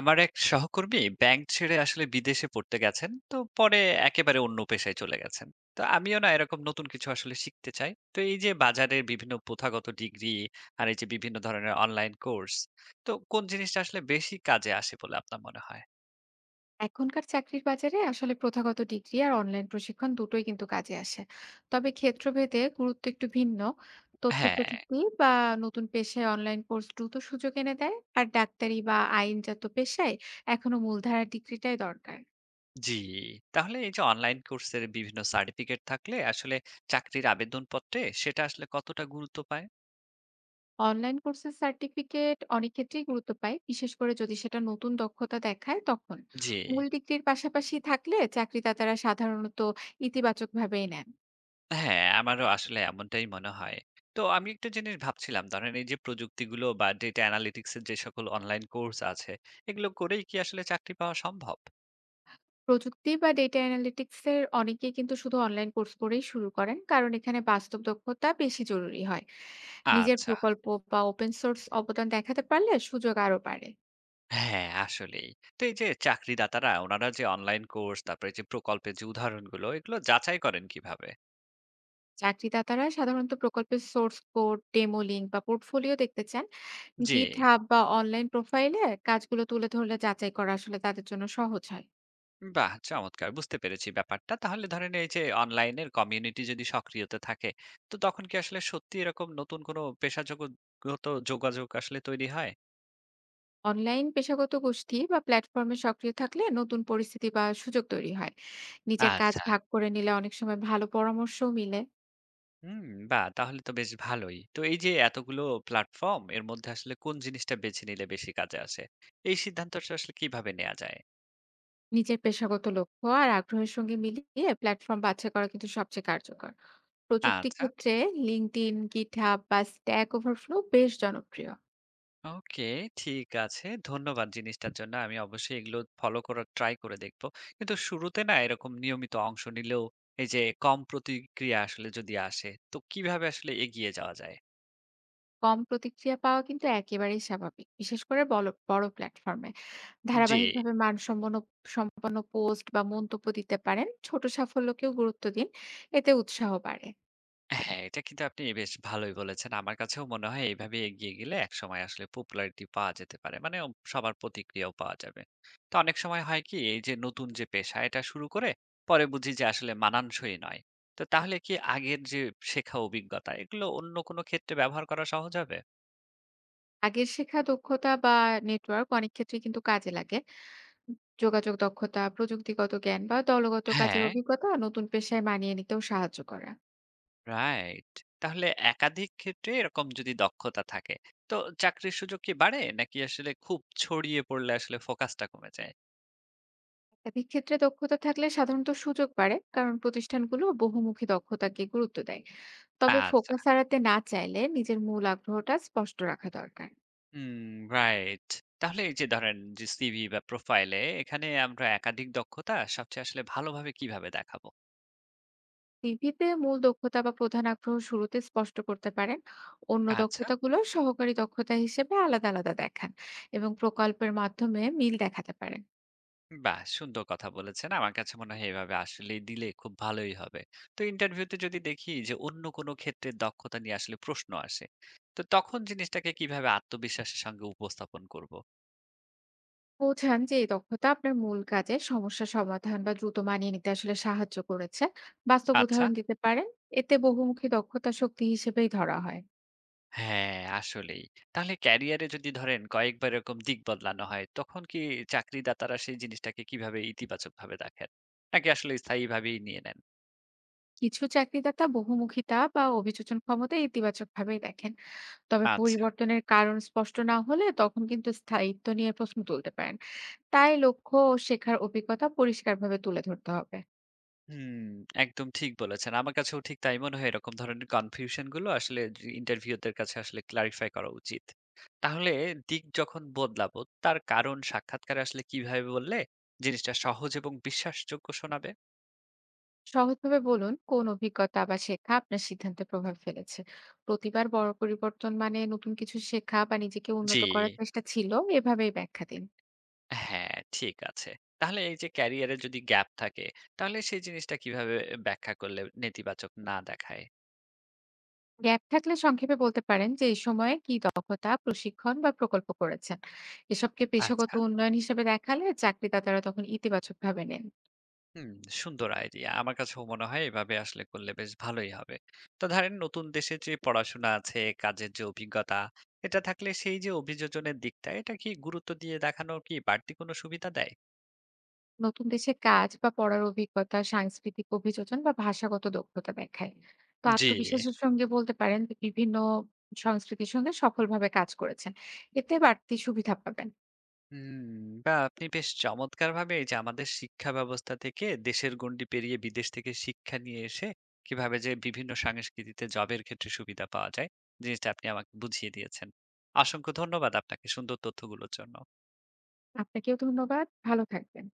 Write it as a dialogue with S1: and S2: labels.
S1: আমার এক সহকর্মী ব্যাংক ছেড়ে আসলে বিদেশে পড়তে গেছেন, তো পরে একেবারে অন্য পেশায় চলে গেছেন। তো আমিও না এরকম নতুন কিছু আসলে শিখতে চাই। তো এই যে বাজারের বিভিন্ন প্রথাগত ডিগ্রি আর এই যে বিভিন্ন ধরনের অনলাইন কোর্স, তো কোন জিনিসটা আসলে বেশি কাজে আসে বলে আপনার মনে হয়?
S2: এখনকার চাকরির বাজারে আসলে প্রথাগত ডিগ্রি আর অনলাইন প্রশিক্ষণ দুটোই কিন্তু কাজে আসে। তবে ক্ষেত্রভেদে গুরুত্ব একটু ভিন্ন। তথ্য
S1: হ্যাঁ।
S2: প্রযুক্তি বা নতুন পেশায় অনলাইন কোর্স দ্রুত সুযোগ এনে দেয়, আর ডাক্তারি বা আইনজাত পেশায় এখনো মূলধারার ডিগ্রিটাই দরকার।
S1: জি। তাহলে এই যে অনলাইন কোর্সের বিভিন্ন সার্টিফিকেট থাকলে আসলে চাকরির আবেদন পত্রে সেটা আসলে কতটা গুরুত্ব পায়?
S2: অনলাইন কোর্সের সার্টিফিকেট অনেক ক্ষেত্রেই গুরুত্ব পায়, বিশেষ করে যদি সেটা নতুন দক্ষতা দেখায়, তখন
S1: জি।
S2: মূল ডিগ্রির পাশাপাশি থাকলে চাকরিদাতারা সাধারণত ইতিবাচকভাবেই নেন।
S1: হ্যাঁ, আমারও আসলে এমনটাই মনে হয়। তো আমি একটা জিনিস ভাবছিলাম, ধরেন এই যে প্রযুক্তিগুলো বা ডেটা অ্যানালিটিক্স এর যে সকল অনলাইন কোর্স আছে, এগুলো করেই কি আসলে চাকরি পাওয়া সম্ভব?
S2: প্রযুক্তি বা ডেটা অ্যানালিটিক্স এর অনেকেই কিন্তু শুধু অনলাইন কোর্স করেই শুরু করেন, কারণ এখানে বাস্তব দক্ষতা বেশি জরুরি হয়। নিজের
S1: আচ্ছা।
S2: প্রকল্প বা ওপেন সোর্স অবদান দেখাতে পারলে সুযোগ আরো বাড়ে।
S1: হ্যাঁ, আসলেই। তো এই যে চাকরিদাতারা ওনারা যে অনলাইন কোর্স, তারপরে যে প্রকল্পের যে উদাহরণগুলো, এগুলো যাচাই করেন কিভাবে?
S2: চাকরিদাতারা সাধারণত প্রকল্পের সোর্স কোড, ডেমো লিঙ্ক বা পোর্টফোলিও দেখতে চান।
S1: জি।
S2: গিট হাব বা অনলাইন প্রোফাইলে কাজগুলো তুলে ধরলে যাচাই করা আসলে তাদের জন্য সহজ হয়।
S1: বাহ! চমৎকার, বুঝতে পেরেছি ব্যাপারটা। তাহলে ধরেন এই যে অনলাইনের কমিউনিটি যদি সক্রিয়তা থাকে, তো তখন কি আসলে সত্যি এরকম নতুন কোনো পেশাজগত যোগাযোগ আসলে তৈরি হয়?
S2: অনলাইন পেশাগত গোষ্ঠী বা প্ল্যাটফর্মে সক্রিয় থাকলে নতুন পরিস্থিতি বা সুযোগ তৈরি হয়। নিজের কাজ
S1: আচ্ছা।
S2: ভাগ করে নিলে অনেক সময় ভালো পরামর্শও মিলে।
S1: হুম। বাহ! তাহলে তো বেশ ভালোই। তো এই যে এতগুলো প্ল্যাটফর্ম এর মধ্যে আসলে কোন জিনিসটা বেছে নিলে বেশি কাজে আসে? এই সিদ্ধান্তটা আসলে কিভাবে নেওয়া যায়?
S2: নিজের পেশাগত লক্ষ্য আর আগ্রহের সঙ্গে মিলিয়ে প্ল্যাটফর্ম বাছাই করা কিন্তু সবচেয়ে কার্যকর। প্রযুক্তি
S1: আচ্ছা।
S2: ক্ষেত্রে লিঙ্কডইন, গিটহাব বা স্ট্যাক ওভারফ্লো বেশ জনপ্রিয়।
S1: ওকে, ঠিক আছে। ধন্যবাদ জিনিসটার জন্য। আমি অবশ্যই এগুলো ফলো করার ট্রাই করে দেখব। কিন্তু শুরুতে না এরকম নিয়মিত অংশ নিলেও এই যে কম প্রতিক্রিয়া আসলে যদি আসে, তো কিভাবে আসলে এগিয়ে যাওয়া যায়?
S2: কম প্রতিক্রিয়া পাওয়া কিন্তু একেবারেই স্বাভাবিক, বিশেষ করে বড় বড় প্ল্যাটফর্মে।
S1: জি।
S2: ধারাবাহিকভাবে মানসম্পন্ন পোস্ট বা মন্তব্য দিতে পারেন, ছোট সাফল্যকেও গুরুত্ব দিন, এতে উৎসাহ বাড়ে।
S1: হ্যাঁ, এটা কিন্তু আপনি বেশ ভালোই বলেছেন। আমার কাছেও মনে হয় এইভাবে এগিয়ে গেলে একসময় আসলে popularity পাওয়া যেতে পারে। মানে সবার প্রতিক্রিয়াও পাওয়া যাবে। তো অনেক সময় হয় কি এই যে নতুন যে পেশা এটা শুরু করে পরে বুঝি যে আসলে মানানসই নয়। তো তাহলে কি আগের যে শেখা অভিজ্ঞতা এগুলো অন্য কোনো ক্ষেত্রে ব্যবহার করা সহজ হবে?
S2: আগের শেখা দক্ষতা বা নেটওয়ার্ক অনেক ক্ষেত্রে কিন্তু কাজে লাগে। যোগাযোগ দক্ষতা, প্রযুক্তিগত জ্ঞান বা দলগত কাজের
S1: হ্যাঁ,
S2: অভিজ্ঞতা নতুন পেশায় মানিয়ে নিতেও সাহায্য করে।
S1: রাইট। তাহলে একাধিক ক্ষেত্রে এরকম যদি দক্ষতা থাকে, তো চাকরির সুযোগ কি বাড়ে, নাকি আসলে খুব ছড়িয়ে পড়লে আসলে ফোকাসটা কমে যায়?
S2: একাধিক ক্ষেত্রে দক্ষতা থাকলে সাধারণত সুযোগ বাড়ে, কারণ প্রতিষ্ঠানগুলো বহুমুখী দক্ষতাকে গুরুত্ব দেয়। তবে
S1: আচ্ছা।
S2: ফোকাস হারাতে না চাইলে নিজের মূল আগ্রহটা স্পষ্ট রাখা দরকার।
S1: Hmm, right. তাহলে এই যে ধরেন যে সিভি বা প্রোফাইলে এখানে আমরা একাধিক দক্ষতা সবচেয়ে আসলে ভালোভাবে কিভাবে দেখাবো?
S2: সিভিতে মূল দক্ষতা বা প্রধান আগ্রহ শুরুতে স্পষ্ট করতে পারেন। অন্য
S1: আচ্ছা।
S2: দক্ষতাগুলো সহকারী দক্ষতা হিসেবে আলাদা দেখান এবং প্রকল্পের মাধ্যমে মিল দেখাতে পারেন।
S1: বাহ! সুন্দর কথা বলেছেন। আমার কাছে মনে হয় এভাবে আসলে দিলে খুব ভালোই হবে। তো ইন্টারভিউতে যদি দেখি যে অন্য কোনো ক্ষেত্রে দক্ষতা নিয়ে আসলে প্রশ্ন আসে, তো তখন জিনিসটাকে কিভাবে আত্মবিশ্বাসের সঙ্গে উপস্থাপন করব?
S2: বোঝান যে এই দক্ষতা আপনার মূল কাজে সমস্যা সমাধান বা দ্রুত মানিয়ে নিতে আসলে সাহায্য করেছে। বাস্তব
S1: আচ্ছা।
S2: উদাহরণ দিতে পারেন, এতে বহুমুখী দক্ষতা শক্তি হিসেবেই ধরা হয়।
S1: হ্যাঁ, আসলেই। তাহলে ক্যারিয়ারে যদি ধরেন কয়েকবার এরকম দিক বদলানো হয়, তখন কি চাকরিদাতারা সেই জিনিসটাকে কিভাবে ইতিবাচকভাবে দেখেন? নাকি আসলে স্থায়ীভাবেই নিয়ে নেন?
S2: কিছু চাকরিদাতা বহুমুখিতা বা অভিযোজন ক্ষমতা ইতিবাচক ভাবেই দেখেন, তবে
S1: আচ্ছা।
S2: পরিবর্তনের কারণ স্পষ্ট না হলে তখন কিন্তু স্থায়িত্ব নিয়ে প্রশ্ন তুলতে পারেন। তাই লক্ষ্য ও শেখার অভিজ্ঞতা পরিষ্কারভাবে তুলে ধরতে হবে।
S1: হুম, একদম ঠিক বলেছেন। আমার কাছেও ঠিক তাই মনে হয়। এরকম ধরনের কনফিউশন গুলো আসলে যে ইন্টারভিউ দের কাছে আসলে ক্লারিফাই করা উচিত। তাহলে দিক যখন বদলাবো, তার কারণ সাক্ষাৎকারে আসলে কিভাবে বললে জিনিসটা সহজ এবং বিশ্বাসযোগ্য শোনাবে?
S2: সহজভাবে বলুন কোন অভিজ্ঞতা বা শেখা আপনার সিদ্ধান্তে প্রভাব ফেলেছে। প্রতিবার বড় পরিবর্তন মানে নতুন কিছু শেখা বা নিজেকে
S1: জি।
S2: উন্নত করার চেষ্টা ছিল, এভাবেই ব্যাখ্যা দিন।
S1: হ্যাঁ, ঠিক আছে। তাহলে এই যে ক্যারিয়ারে যদি গ্যাপ থাকে, তাহলে সেই জিনিসটা কিভাবে ব্যাখ্যা করলে নেতিবাচক না দেখায়?
S2: গ্যাপ থাকলে সংক্ষেপে বলতে পারেন যে এই সময়ে কি দক্ষতা, প্রশিক্ষণ বা প্রকল্প করেছেন। এসবকে পেশাগত
S1: আচ্ছা।
S2: উন্নয়ন হিসেবে দেখালে চাকরিদাতারা তখন ইতিবাচকভাবে নেন।
S1: হুম, সুন্দর আইডিয়া। আমার কাছেও মনে হয় এভাবে আসলে করলে বেশ ভালোই হবে। তো ধরেন নতুন দেশে যে পড়াশোনা আছে, কাজের যে অভিজ্ঞতা, এটা থাকলে সেই যে অভিযোজনের দিকটা, এটা কি গুরুত্ব দিয়ে দেখানোর কি বাড়তি কোনো সুবিধা দেয়?
S2: নতুন দেশে কাজ বা পড়ার অভিজ্ঞতা সাংস্কৃতিক অভিযোজন বা ভাষাগত দক্ষতা দেখায়। তো
S1: জি।
S2: আত্মবিশ্বাসের সঙ্গে বলতে পারেন যে বিভিন্ন সংস্কৃতির সঙ্গে সফলভাবে কাজ করেছেন, এতে বাড়তি সুবিধা পাবেন।
S1: হুম, বা আপনি বেশ চমৎকারভাবে এই যে আমাদের শিক্ষা ব্যবস্থা থেকে দেশের গণ্ডি পেরিয়ে বিদেশ থেকে শিক্ষা নিয়ে এসে কিভাবে যে বিভিন্ন সংস্কৃতিতে জবের ক্ষেত্রে সুবিধা পাওয়া যায়, জিনিসটা আপনি আমাকে বুঝিয়ে দিয়েছেন। অসংখ্য ধন্যবাদ আপনাকে সুন্দর তথ্যগুলোর জন্য।
S2: আপনাকেও ধন্যবাদ, ভালো থাকবেন।